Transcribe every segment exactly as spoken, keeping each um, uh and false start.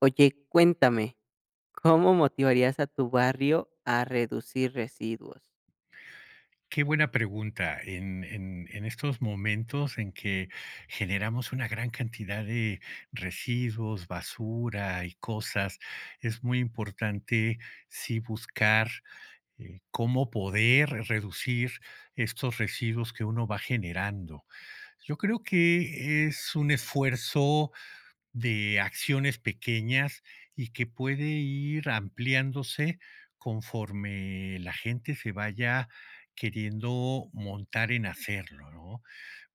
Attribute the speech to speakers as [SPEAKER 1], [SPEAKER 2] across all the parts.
[SPEAKER 1] Oye, cuéntame, ¿cómo motivarías a tu barrio a reducir residuos?
[SPEAKER 2] Qué buena pregunta. En, en- en estos momentos en que generamos una gran cantidad de residuos, basura y cosas, es muy importante sí buscar eh, cómo poder reducir estos residuos que uno va generando. Yo creo que es un esfuerzo de acciones pequeñas y que puede ir ampliándose conforme la gente se vaya queriendo montar en hacerlo, ¿no?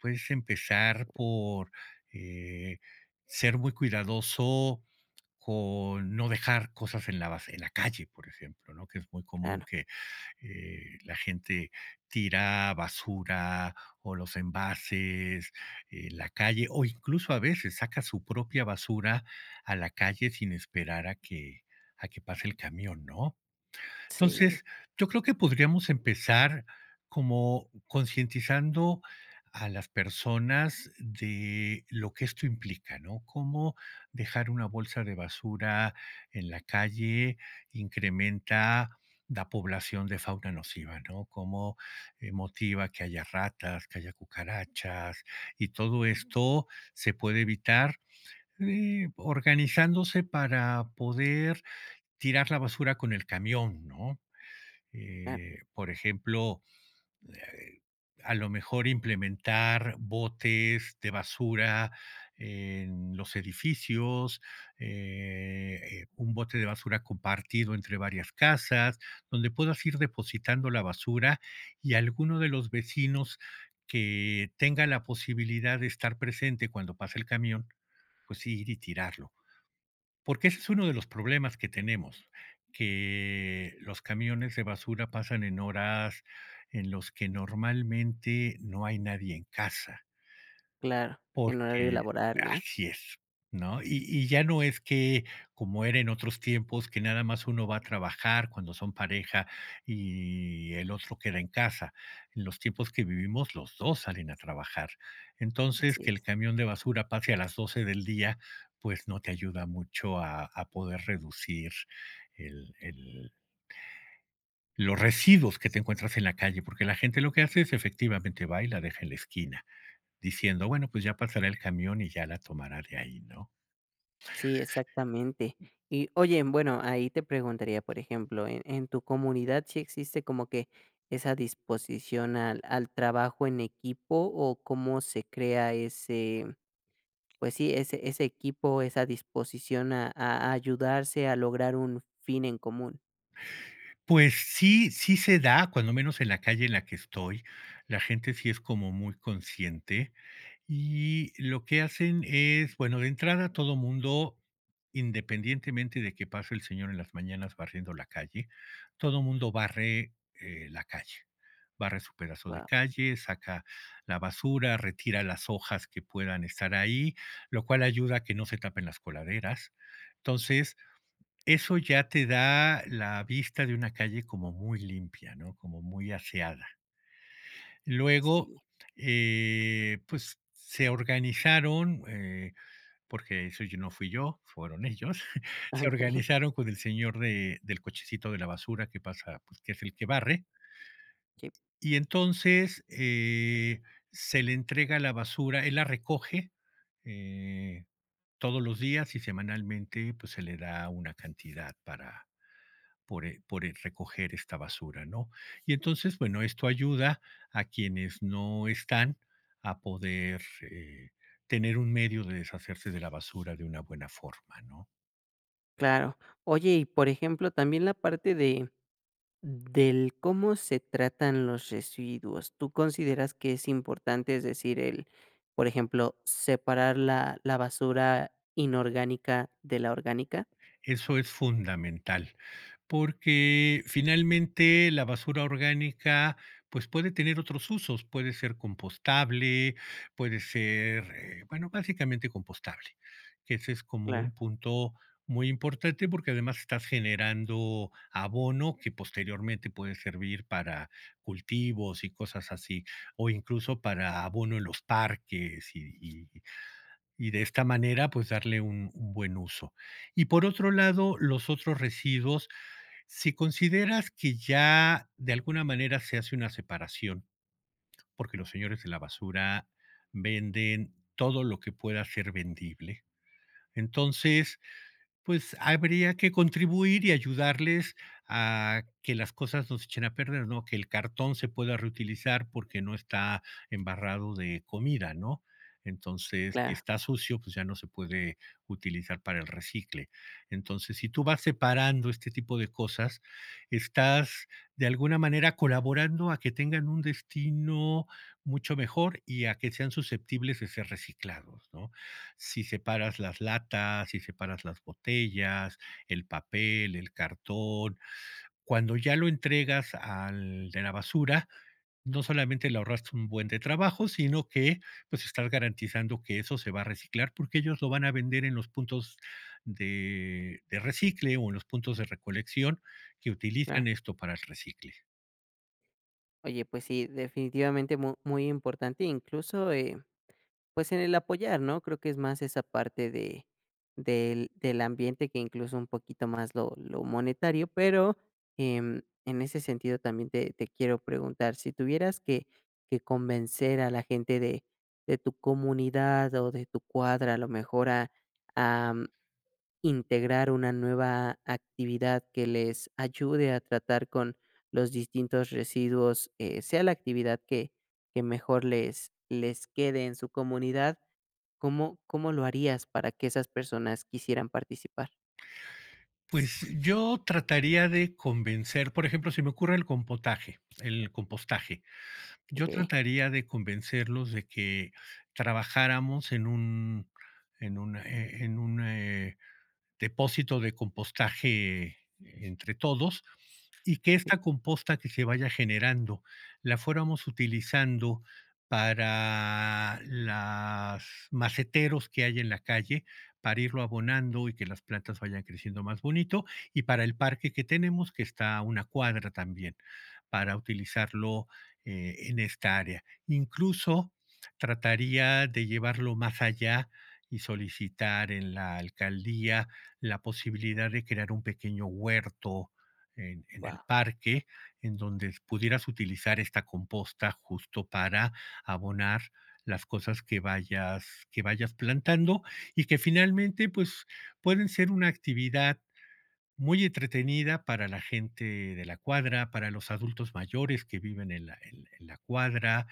[SPEAKER 2] Puedes empezar por eh, ser muy cuidadoso con no dejar cosas en la, bas- en la calle, por ejemplo, ¿no? Que es muy común
[SPEAKER 1] Claro,
[SPEAKER 2] eh, la gente tira basura o los envases en la calle o incluso a veces saca su propia basura a la calle sin esperar a que, a que pase el camión, ¿no?
[SPEAKER 1] sí,
[SPEAKER 2] Entonces, yo creo que podríamos empezar como concientizando a las personas de lo que esto implica, ¿no? Cómo dejar una bolsa de basura en la calle incrementa la población de fauna nociva, ¿no? Cómo eh, motiva que haya ratas, que haya cucarachas y todo esto se puede evitar eh, organizándose para poder tirar la basura con el camión, ¿no?
[SPEAKER 1] claro,
[SPEAKER 2] Eh, por ejemplo, eh, a lo mejor implementar botes de basura en los edificios, eh, eh, un bote de basura compartido entre varias casas, donde puedas ir depositando la basura y alguno de los vecinos que tenga la posibilidad de estar presente cuando pase el camión, pues ir y tirarlo. Porque ese es uno de los problemas que tenemos, que los camiones de basura pasan en horas en los que normalmente no hay nadie en casa.
[SPEAKER 1] claro, en horario
[SPEAKER 2] Porque
[SPEAKER 1] laboral, ¿no?
[SPEAKER 2] así es, ¿no? Y y ya no es que, como era en otros tiempos, que nada más uno va a trabajar cuando son pareja y el otro queda en casa. En los tiempos que vivimos, los dos salen a trabajar. Entonces,
[SPEAKER 1] Así
[SPEAKER 2] que el
[SPEAKER 1] es.
[SPEAKER 2] camión de basura pase a las doce del día, pues no te ayuda mucho a a poder reducir el el los residuos que te encuentras en la calle, porque la gente lo que hace es efectivamente va y la deja en la esquina. Diciendo: "Bueno, pues ya pasará el camión y ya la tomará de ahí", ¿no?
[SPEAKER 1] Sí, exactamente. Y oye, bueno, ahí te preguntaría, por ejemplo, en, en tu comunidad si existe como que esa disposición al, al trabajo en equipo o cómo se crea ese, pues sí, ese, ese equipo, esa disposición a, a ayudarse a lograr un fin en común.
[SPEAKER 2] Pues sí, sí se da, cuando menos en la calle en la que estoy, la gente sí es como muy consciente, y lo que hacen es, bueno, de entrada todo mundo, independientemente de que pase el señor en las mañanas barriendo la calle, todo mundo barre eh, la calle. Barre su pedazo de
[SPEAKER 1] Wow,
[SPEAKER 2] calle, saca la basura, retira las hojas que puedan estar ahí, lo cual ayuda a que no se tapen las coladeras. Entonces, eso ya te da la vista de una calle como muy limpia, ¿no? Como muy aseada. Luego,
[SPEAKER 1] sí.
[SPEAKER 2] eh, pues se organizaron, eh, porque eso yo no fui yo, fueron ellos, se
[SPEAKER 1] Okey,
[SPEAKER 2] organizaron con el señor de, del cochecito de la basura que pasa, pues que es el que barre,
[SPEAKER 1] sí,
[SPEAKER 2] y entonces eh, se le entrega la basura, él la recoge eh, todos los días y semanalmente pues se le da una cantidad para, por, eh, por, eh, recoger esta basura, ¿no? Y entonces, bueno, esto ayuda a quienes no están a poder eh, tener un medio de deshacerse de la basura de una buena forma, ¿no?
[SPEAKER 1] claro. Oye, y por ejemplo, también la parte de del cómo se tratan los residuos, ¿tú consideras que es importante? Es decir, el, por ejemplo, separar la la basura inorgánica de la orgánica.
[SPEAKER 2] Eso es fundamental, porque finalmente la basura orgánica, pues puede tener otros usos, puede ser compostable, puede ser, eh, bueno, básicamente compostable, que ese es como
[SPEAKER 1] Claro,
[SPEAKER 2] un punto muy importante porque además estás generando abono que posteriormente puede servir para cultivos y cosas así, o incluso para abono en los parques y, y- y de esta manera, pues darle un, un buen uso. Y por otro lado, los otros residuos, si consideras que ya de alguna manera se hace una separación, porque los señores de la basura venden todo lo que pueda ser vendible, entonces pues, habría que contribuir y ayudarles a que las cosas no se echen a perder, ¿no? Que el cartón se pueda reutilizar porque no está embarrado de comida, ¿no? Entonces, si
[SPEAKER 1] claro,
[SPEAKER 2] está sucio, pues, ya no se puede utilizar para el recicle. Entonces, si tú vas separando este tipo de cosas, estás, de alguna manera, colaborando a que tengan un destino mucho mejor y a que sean susceptibles de ser reciclados, ¿no? Si separas las latas, si separas las botellas, el papel, el cartón. Cuando ya lo entregas al de la basura, no solamente le ahorraste un buen de trabajo, sino que pues estás garantizando que eso se va a reciclar porque ellos lo van a vender en los puntos de, de recicle o en los puntos de recolección que
[SPEAKER 1] claro.
[SPEAKER 2] utilizan esto para el recicle.
[SPEAKER 1] Oye, pues sí, definitivamente mu muy importante, incluso, eh pues en el apoyar, ¿no? Creo que es más esa parte de del del ambiente que incluso un poquito más lo lo monetario, pero, em, en ese sentido también te te quiero preguntar, si tuvieras que que convencer a la gente de de tu comunidad o de tu cuadra, a lo mejor a a mm, integrar una nueva actividad que les ayude a tratar con los distintos residuos, eh, sea la actividad que que mejor les les quede en su comunidad. ¿Cómo cómo lo harías para que esas personas quisieran participar?
[SPEAKER 2] Pues yo trataría de convencer, por ejemplo, se me ocurre el compotaje, el compostaje. Yo
[SPEAKER 1] ¿Ok?
[SPEAKER 2] trataría de convencerlos de que trabajáramos en un en un, eh, en un, eh, depósito de compostaje entre todos y que
[SPEAKER 1] Wow.
[SPEAKER 2] esta composta que se vaya generando la fuéramos utilizando para los maceteros que hay en la calle, para irlo abonando y que las plantas vayan creciendo más bonito, y para el parque que tenemos, que está a una cuadra también, para utilizarlo eh, en esta área. Incluso trataría de llevarlo más allá y solicitar en la alcaldía la posibilidad de crear un pequeño huerto en, en el parque en donde pudieras utilizar esta composta justo para abonar las cosas que vayas que vayas plantando y que finalmente pues pueden ser una actividad muy entretenida para la gente de la cuadra, para los adultos mayores que viven en la en en la cuadra,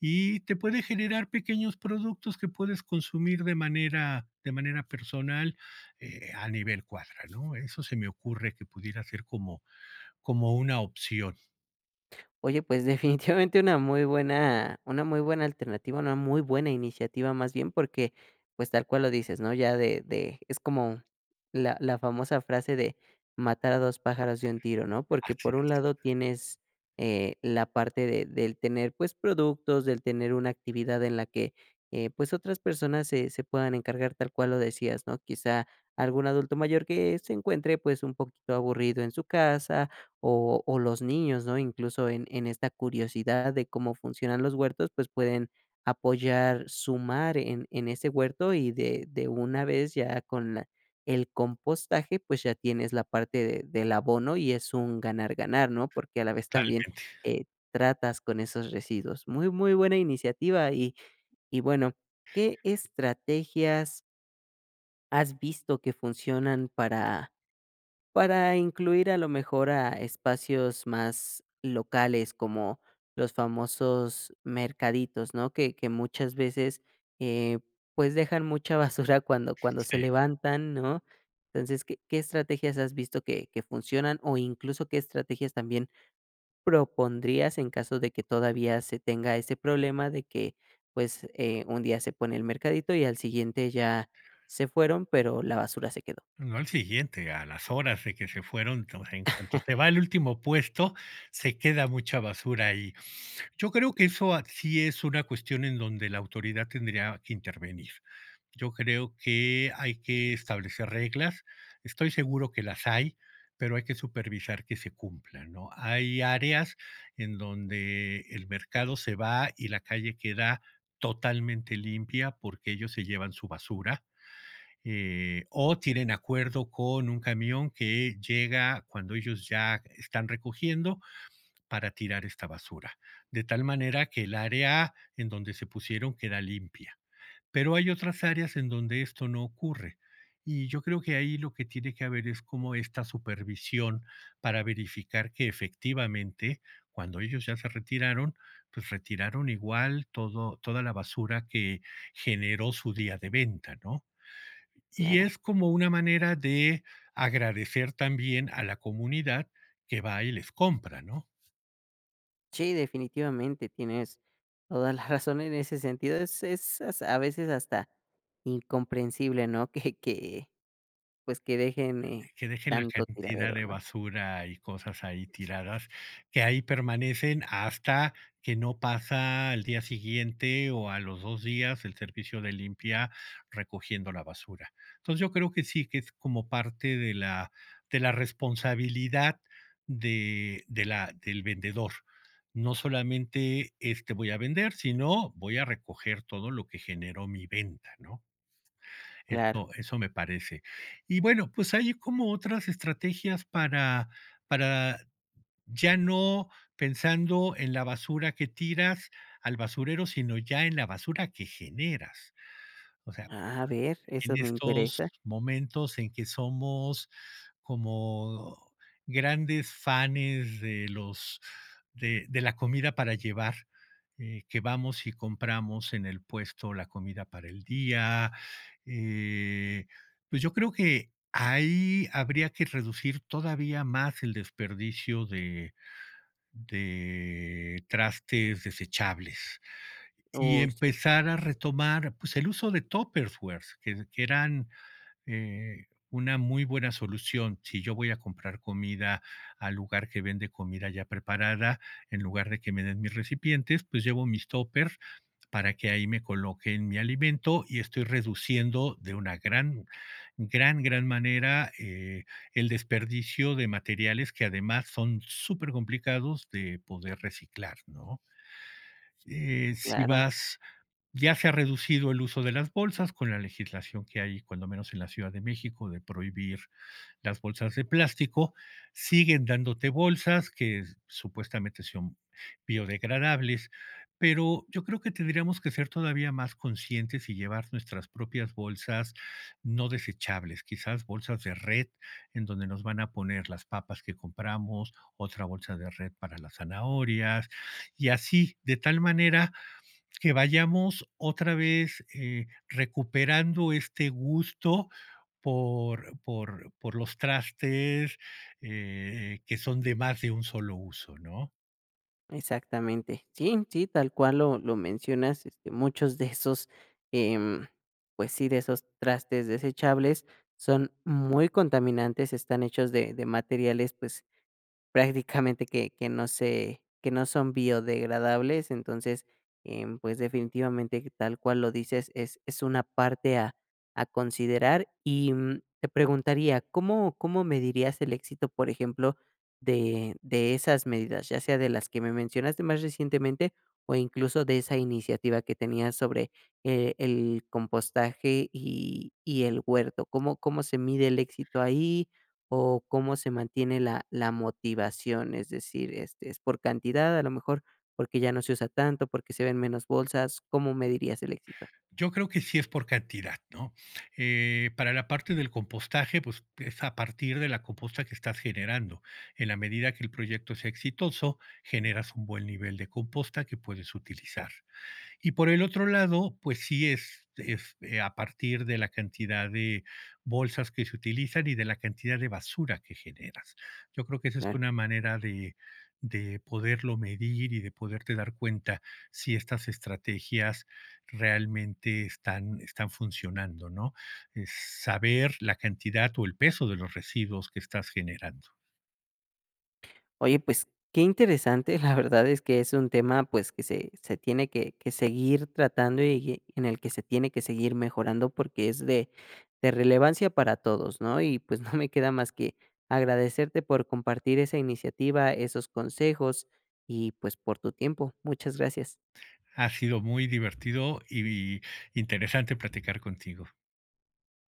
[SPEAKER 2] y te puede generar pequeños productos que puedes consumir de manera de manera personal, eh, a nivel cuadra, ¿no? Eso se me ocurre que pudiera ser como como una opción.
[SPEAKER 1] Oye, pues definitivamente una muy buena una muy buena alternativa, una muy buena iniciativa más bien, porque, pues, tal cual lo dices, ¿no? Ya de de es como la la famosa frase de matar a dos pájaros de un tiro, ¿no? Porque
[SPEAKER 2] Así
[SPEAKER 1] por un
[SPEAKER 2] es,
[SPEAKER 1] lado tienes, eh, la parte de del tener, pues, productos, del tener una actividad en la que, eh, pues, otras personas se se puedan encargar, tal cual lo decías, ¿no? Quizá algún adulto mayor que se encuentre, pues, un poquito aburrido en su casa o o los niños, ¿no? Incluso en en esta curiosidad de cómo funcionan los huertos, pues, pueden apoyar, sumar en en ese huerto y de de una vez ya con la el compostaje, pues, ya tienes la parte de del abono y es un ganar ganar, ¿no? Porque a la vez también,
[SPEAKER 2] totalmente,
[SPEAKER 1] eh, tratas con esos residuos. Muy, muy buena iniciativa y y bueno, ¿qué estrategias has visto que funcionan para para incluir a lo mejor a espacios más locales, como los famosos mercaditos, ¿no? Que que muchas veces, eh, pues, dejan mucha basura cuando cuando se
[SPEAKER 2] sí.
[SPEAKER 1] levantan, ¿no? Entonces, ¿qué qué estrategias has visto que que funcionan o incluso qué estrategias también propondrías en caso de que todavía se tenga ese problema de que, pues, eh, un día se pone el mercadito y al siguiente ya se fueron, pero la basura se quedó?
[SPEAKER 2] No al siguiente, a las horas de que se fueron, o sea, en cuanto se va el último puesto, se queda mucha basura ahí. Yo creo que eso a sí es una cuestión en donde la autoridad tendría que intervenir. Yo creo que hay que establecer reglas. Estoy seguro que las hay, pero hay que supervisar que se cumplan, ¿no? Hay áreas en donde el mercado se va y la calle queda totalmente limpia porque ellos se llevan su basura, eh, o tienen acuerdo con un camión que llega cuando ellos ya están recogiendo para tirar esta basura, de tal manera que el área en donde se pusieron queda limpia. Pero hay otras áreas en donde esto no ocurre. Y yo creo que ahí lo que tiene que haber es como esta supervisión para verificar que efectivamente, cuando ellos ya se retiraron, pues retiraron igual todo, toda la basura que generó su día de venta, ¿no? Y
[SPEAKER 1] Claro.
[SPEAKER 2] es como una manera de agradecer también a la comunidad que va y les compra, ¿no?
[SPEAKER 1] Sí, definitivamente tienes toda la razón en ese sentido. Es es as a veces hasta incomprensible, ¿no? Que que, pues, que dejen, eh,
[SPEAKER 2] Que dejen la
[SPEAKER 1] tanto
[SPEAKER 2] cantidad
[SPEAKER 1] tiradero,
[SPEAKER 2] de
[SPEAKER 1] ¿no?
[SPEAKER 2] basura y cosas ahí tiradas, que ahí permanecen hasta que no pasa al día siguiente o a los dos días el servicio de limpia recogiendo la basura. Entonces, yo creo que sí, que es como parte de la de la responsabilidad de de la del vendedor. No solamente este "voy a vender", sino: "Voy a recoger todo lo que generó mi venta", ¿no?
[SPEAKER 1] Claro.
[SPEAKER 2] Eso eso me parece. Y bueno, pues hay como otras estrategias para para ya no pensando en la basura que tiras al basurero, sino ya en la basura que generas. O sea,
[SPEAKER 1] Ah, a ver, eso
[SPEAKER 2] en
[SPEAKER 1] me
[SPEAKER 2] estos
[SPEAKER 1] interesa.
[SPEAKER 2] momentos en que somos como grandes fanes de los de de la comida para llevar, eh, que vamos y compramos en el puesto la comida para el día. Eh, pues yo creo que ahí habría que reducir todavía más el desperdicio de de trastes desechables y
[SPEAKER 1] Uy, sí,
[SPEAKER 2] empezar a retomar, pues, el uso de Tupperwares, que que eran eh, una muy buena solución. Si yo voy a comprar comida al lugar que vende comida ya preparada, en lugar de que me den mis recipientes, pues llevo mis toppers para que ahí me coloquen mi alimento y estoy reduciendo de una gran, gran, gran manera eh, el desperdicio de materiales que además son súper complicados de poder reciclar, ¿no? Eh, si
[SPEAKER 1] claro,
[SPEAKER 2] vas Ya se ha reducido el uso de las bolsas con la legislación que hay, cuando menos en la Ciudad de México, de prohibir las bolsas de plástico. Siguen dándote bolsas que supuestamente son biodegradables, pero yo creo que tendríamos que ser todavía más conscientes y llevar nuestras propias bolsas no desechables, quizás bolsas de red en donde nos van a poner las papas que compramos, otra bolsa de red para las zanahorias y así, de tal manera que vayamos otra vez, eh, recuperando este gusto por por por los trastes, eh, que son de más de un solo uso, ¿no?
[SPEAKER 1] exactamente. Sí, sí, tal cual lo lo mencionas, este, muchos de esos, em, pues sí, de esos trastes desechables son muy contaminantes, están hechos de de materiales, pues, prácticamente que que no se que no son biodegradables, entonces, em, pues, definitivamente que tal cual lo dices, es es una parte a a considerar. Y, mm, te preguntaría, ¿cómo cómo medirías el éxito, por ejemplo, de de esas medidas? Ya sea de las que me mencionaste más recientemente, o incluso de esa iniciativa que tenías sobre, eh, el compostaje y y el huerto. ¿Cómo cómo se mide el éxito ahí? ¿O cómo se mantiene la la motivación? Es decir, este, ¿es por cantidad, a lo mejor porque ya no se usa tanto, porque se ven menos bolsas? ¿Cómo medirías el éxito?
[SPEAKER 2] Yo creo que sí es por cantidad, ¿no? Eh, para la parte del compostaje, pues, es a partir de la composta que estás generando. En la medida que el proyecto sea exitoso, generas un buen nivel de composta que puedes utilizar. Y por el otro lado, pues sí es, es, eh, a partir de la cantidad de bolsas que se utilizan y de la cantidad de basura que generas. Yo creo que esa es
[SPEAKER 1] Claro.
[SPEAKER 2] una manera de, de poderlo medir y de poderte dar cuenta si estas estrategias realmente están, están funcionando, ¿no? Es saber la cantidad o el peso de los residuos que estás generando.
[SPEAKER 1] Oye, pues, qué interesante, la verdad es que es un tema, pues, que se se tiene que que seguir tratando y en el que se tiene que seguir mejorando porque es de de relevancia para todos, ¿no? Y, pues, no me queda más que agradecerte por compartir esa iniciativa, esos consejos y, pues, por tu tiempo. Muchas gracias.
[SPEAKER 2] Ha sido muy divertido y interesante platicar contigo.